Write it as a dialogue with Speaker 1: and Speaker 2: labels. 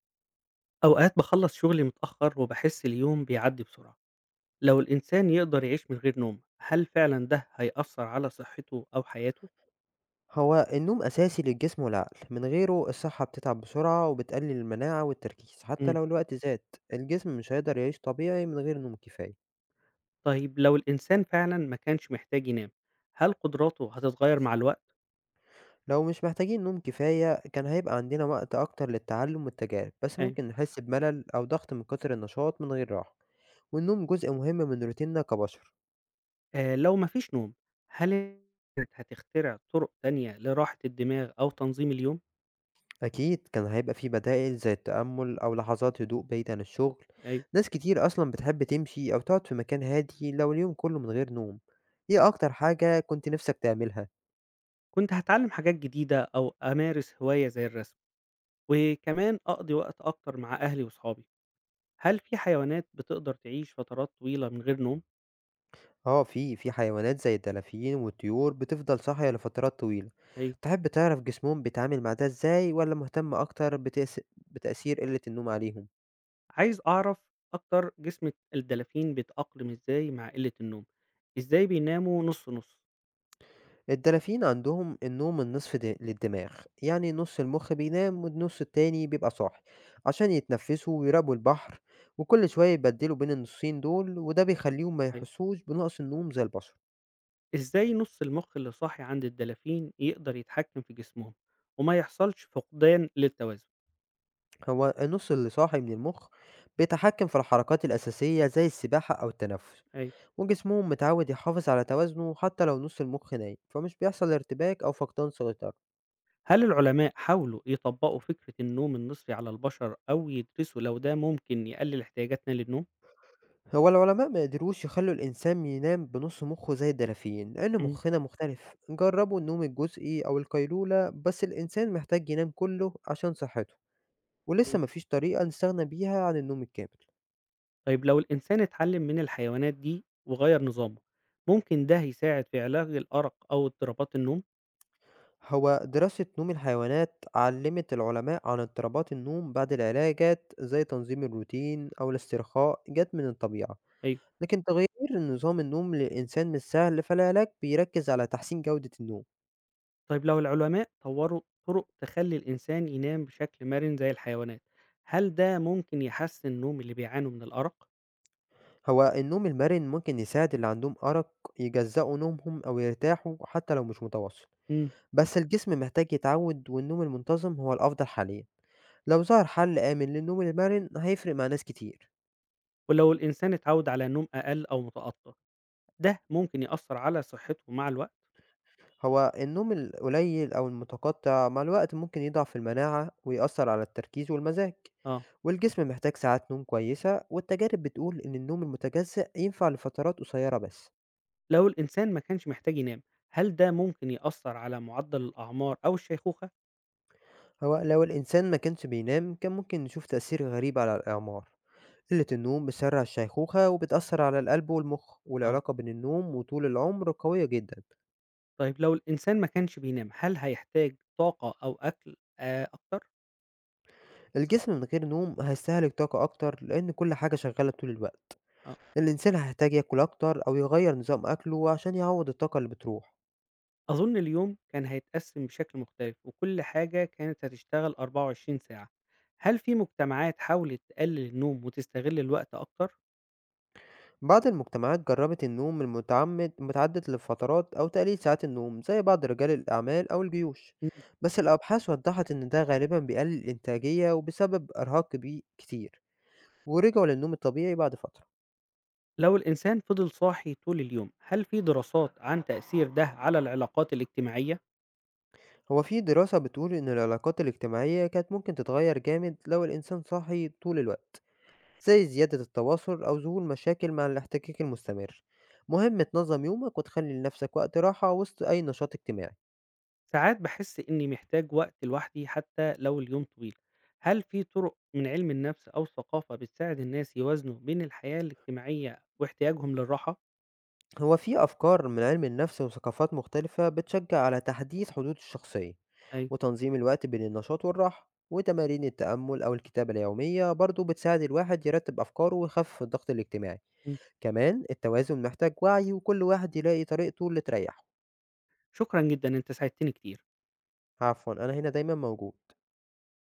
Speaker 1: أوقات باخلّص شغلي متأخر وباحس اليوم بيعدّي بسرعة، لو الإنسان يقدر يعيش من غير نوم، هل فعلًا ده هيأثّر على صحته أو حياته؟
Speaker 2: هو النوم أساسي للجسم والعقل، من غيره الصحة بتتعب بسرعة وبتقلل المناعة والتركيز، حتى
Speaker 1: إمم،
Speaker 2: لو الوقت زاد. الجسم مش هيقدر يعيش طبيعي من غير نوم كفاية.
Speaker 1: طيب لو الإنسان فعلًا ما كانش محتاج ينام، هل قدراته هتتغيّر مع الوقت؟
Speaker 2: لو مش محتاجين نوم كفاية كان هيبقى عندنا وقت أكتر للتعلم والتجارب، بس
Speaker 1: أيوه.
Speaker 2: ممكن نحس بملل أو ضغط من كتر النشاط من غير راحة، والنوم جزء مهم من روتيننا كبشر.
Speaker 1: لو ما فيش نوم، هل الناس هتخترع طُرق تانية لراحة الدماغ أو تنظيم اليوم؟
Speaker 2: أكيد كان هيبقى في بدائل زي التأمل أو لحظات هدوء بعيد عن الشغل.
Speaker 1: أيوه.
Speaker 2: ناس كتير أصلا بتحب تمشي أو تقعد في مكان هادي لو اليوم كله من غير نوم. إيه أكتر حاجة كنت نفسك تعملها؟
Speaker 1: كنت هاتعلّم حاجات جديدة أو أمارس هواية زي الرسم، وكمان أقضي وقت أكتر مع أهلي وصحابي، هل في حيوانات بتقدر تعيش فترات طويلة من غير نوم؟
Speaker 2: آه في حيوانات زي الدلافين والطيور بتفضل صاحية لفترات طويلة.
Speaker 1: أيوه.
Speaker 2: تحب تعرف جسمهم بيتعامل مع ده إزاي ولا مهتم أكتر بتأثير قلة النوم عليهم؟
Speaker 1: عايز أعرف أكتر جسم الدلافين بيتأقلم إزاي مع قِلّة النوم، إزاي بيناموا نُص، نُص؟
Speaker 2: الدلافين عندهم النوم النصف للدماغ، يعني نص المخ بينام والنص التاني بيبقى صاحي عشان يتنفسوا ويراقبوا البحر، وكل شوية يبدلوا بين النصين دول، وده بيخليهم ما
Speaker 1: أيوه.
Speaker 2: يحسوش بنقص النوم زي البشر.
Speaker 1: إزاي نُص المُخ اللي صاحي عند الدلافين يقدر يتحكّم في جسمهم وما يحصلش فقدان للتوازن؟
Speaker 2: هو النص اللي صاحي من المخ بيتحكم في الحركات الأساسية زي السباحة أو التنفس،
Speaker 1: أيوه.
Speaker 2: وجسمهم متعود يحافظ على توازنه حتى لو نص المخ نايم، فمش بيحصل ارتباك أو فقدان سيطرة.
Speaker 1: هل العلماء حاولوا يطبّقوا فكرة النوم النِصفي على البشر أو يدرسوا لو ده ممكن يقلِّل احتياجاتنا للنوم؟
Speaker 2: هو العلماء ما قدروش يخلوا الإنسان ينام بنص مخه زي الدلافين لأن
Speaker 1: إمم.
Speaker 2: مخنا مختلف. جربوا النوم الجزئي أو القيلولة، بس الإنسان محتاج ينام كله عشان صحته، ولسه
Speaker 1: إمم.
Speaker 2: مفيش طريقة نستغنى بيها عن النوم الكامل.
Speaker 1: طيب لو الإنسان اتعلِّم من الحيوانات دي وغيّر نظامه، ممكن ده يساعد في علاج الأرق أو اضطرابات النوم؟
Speaker 2: هو دراسة نوم الحيوانات علمت العلماء عن اضطرابات النوم، بعد العلاجات زي تنظيم الروتين أو الاسترخاء جت من الطبيعة.
Speaker 1: أيوه.
Speaker 2: لكن تغيير نظام النوم للإنسان مش سهل، فالعلاج بيركز على تحسين جودة النوم.
Speaker 1: طيب لو العلماء طوروا طرق تخلّي الإنسان ينام بشكل مرن زي الحيوانات، هل ده ممكن يحسّن نوم اللي بيعانوا من الأرق؟
Speaker 2: هو النوم المرن ممكن يساعد اللي عندهم أرق، يجزأوا نومهم أو يرتاحوا حتى لو مش متواصل.
Speaker 1: إمم.
Speaker 2: بس الجسم محتاج يتعود، والنوم المنتظم هو الأفضل حاليا. لو ظهر حل آمن للنوم المرن هيفرق مع ناس كتير.
Speaker 1: ولو الإنسان اتعوّد على نوم أقل أو متقطع، ده ممكن يأثّر على صحته مع الوقت؟
Speaker 2: هو النوم القليل أو المتقطع مع الوقت ممكن يضعف المناعة ويأثر على التركيز والمزاج،
Speaker 1: آه.
Speaker 2: والجسم محتاج ساعات نوم كويسة، والتجارب بتقول إن النوم المتجزأ ينفع لفترات قصيرة بس.
Speaker 1: لو الإنسان ما كانش محتاج ينام، هل ده ممكن يأثّر على معدّل الأعمار أو الشيخوخة؟
Speaker 2: هو لو الإنسان ما كانش بينام كان ممكن نشوف تأثير غريب على الأعمار. قلة النوم بتسرع الشيخوخة وبتأثر على القلب والمخ،
Speaker 1: آه.
Speaker 2: والعلاقة بين النوم وطول العمر قوية جدا.
Speaker 1: طيب لو الإنسان ما كانش بينام، هل هيحتاج طاقة أو أكل أكتر؟
Speaker 2: الجسم من غير نوم هيستهلك طاقة أكتر لأن كل حاجة شغالة طول الوقت.
Speaker 1: آه.
Speaker 2: الإنسان هيحتاج ياكل أكتر أو يغير نظام أكله عشان يعوض الطاقة اللي بتروح.
Speaker 1: أظن اليوم كان هيتقسّم بشكل مختلف، وكل حاجة كانت هتشتغل 24 ساعة. هل في مجتمعات حاولت تقلل النوم وتستغل الوقت أكتر؟
Speaker 2: بعض المجتمعات جربت النوم المتعمد متعدد الفترات أو تقليل ساعات النوم زي بعض رجال الأعمال أو الجيوش.
Speaker 1: إمم.
Speaker 2: بس الأبحاث وضحت إن ده غالبا بيقلل الإنتاجية وبسبب إرهاق كتير، ورجعوا للنوم الطبيعي بعد فترة.
Speaker 1: لو الإنسان فضل صاحي طول اليوم، هل في دراسات عن تأثير ده على العلاقات الاجتماعية؟
Speaker 2: هو في دراسة بتقول إن العلاقات الاجتماعية كانت ممكن تتغير جامد لو الإنسان صاحي طول الوقت، زي زيادة التواصل أو ظهور مشاكل مع الاحتكاك المستمر. مهم تنظم يومك وتخلي لنفسك وقت راحة وسط أي نشاط اجتماعي.
Speaker 1: ساعات باحس إني محتاج وقت لوحدي حتى لو اليوم طويل. هل في طرق من علم النفس أو الثقافة بتساعد الناس يوازنوا بين الحياة الاجتماعية واحتياجهم للراحة؟
Speaker 2: هو في أفكار من علم النفس وثقافات مختلفة بتشجع على تحديث حدود الشخصية
Speaker 1: أيوه،
Speaker 2: وتنظيم الوقت بين النشاط والراحة، وتمارين التأمل أو الكتابة اليومية برضو بتساعد الواحد يرتب أفكاره ويخفف الضغط الاجتماعي.
Speaker 1: إمم،
Speaker 2: كمان التوازن محتاج وعي، وكل واحد يلاقي طريقته اللي تريحه.
Speaker 1: شكرًا جدًا، أنت ساعدتني كتير.
Speaker 2: عفوا، أنا هنا دايما موجود.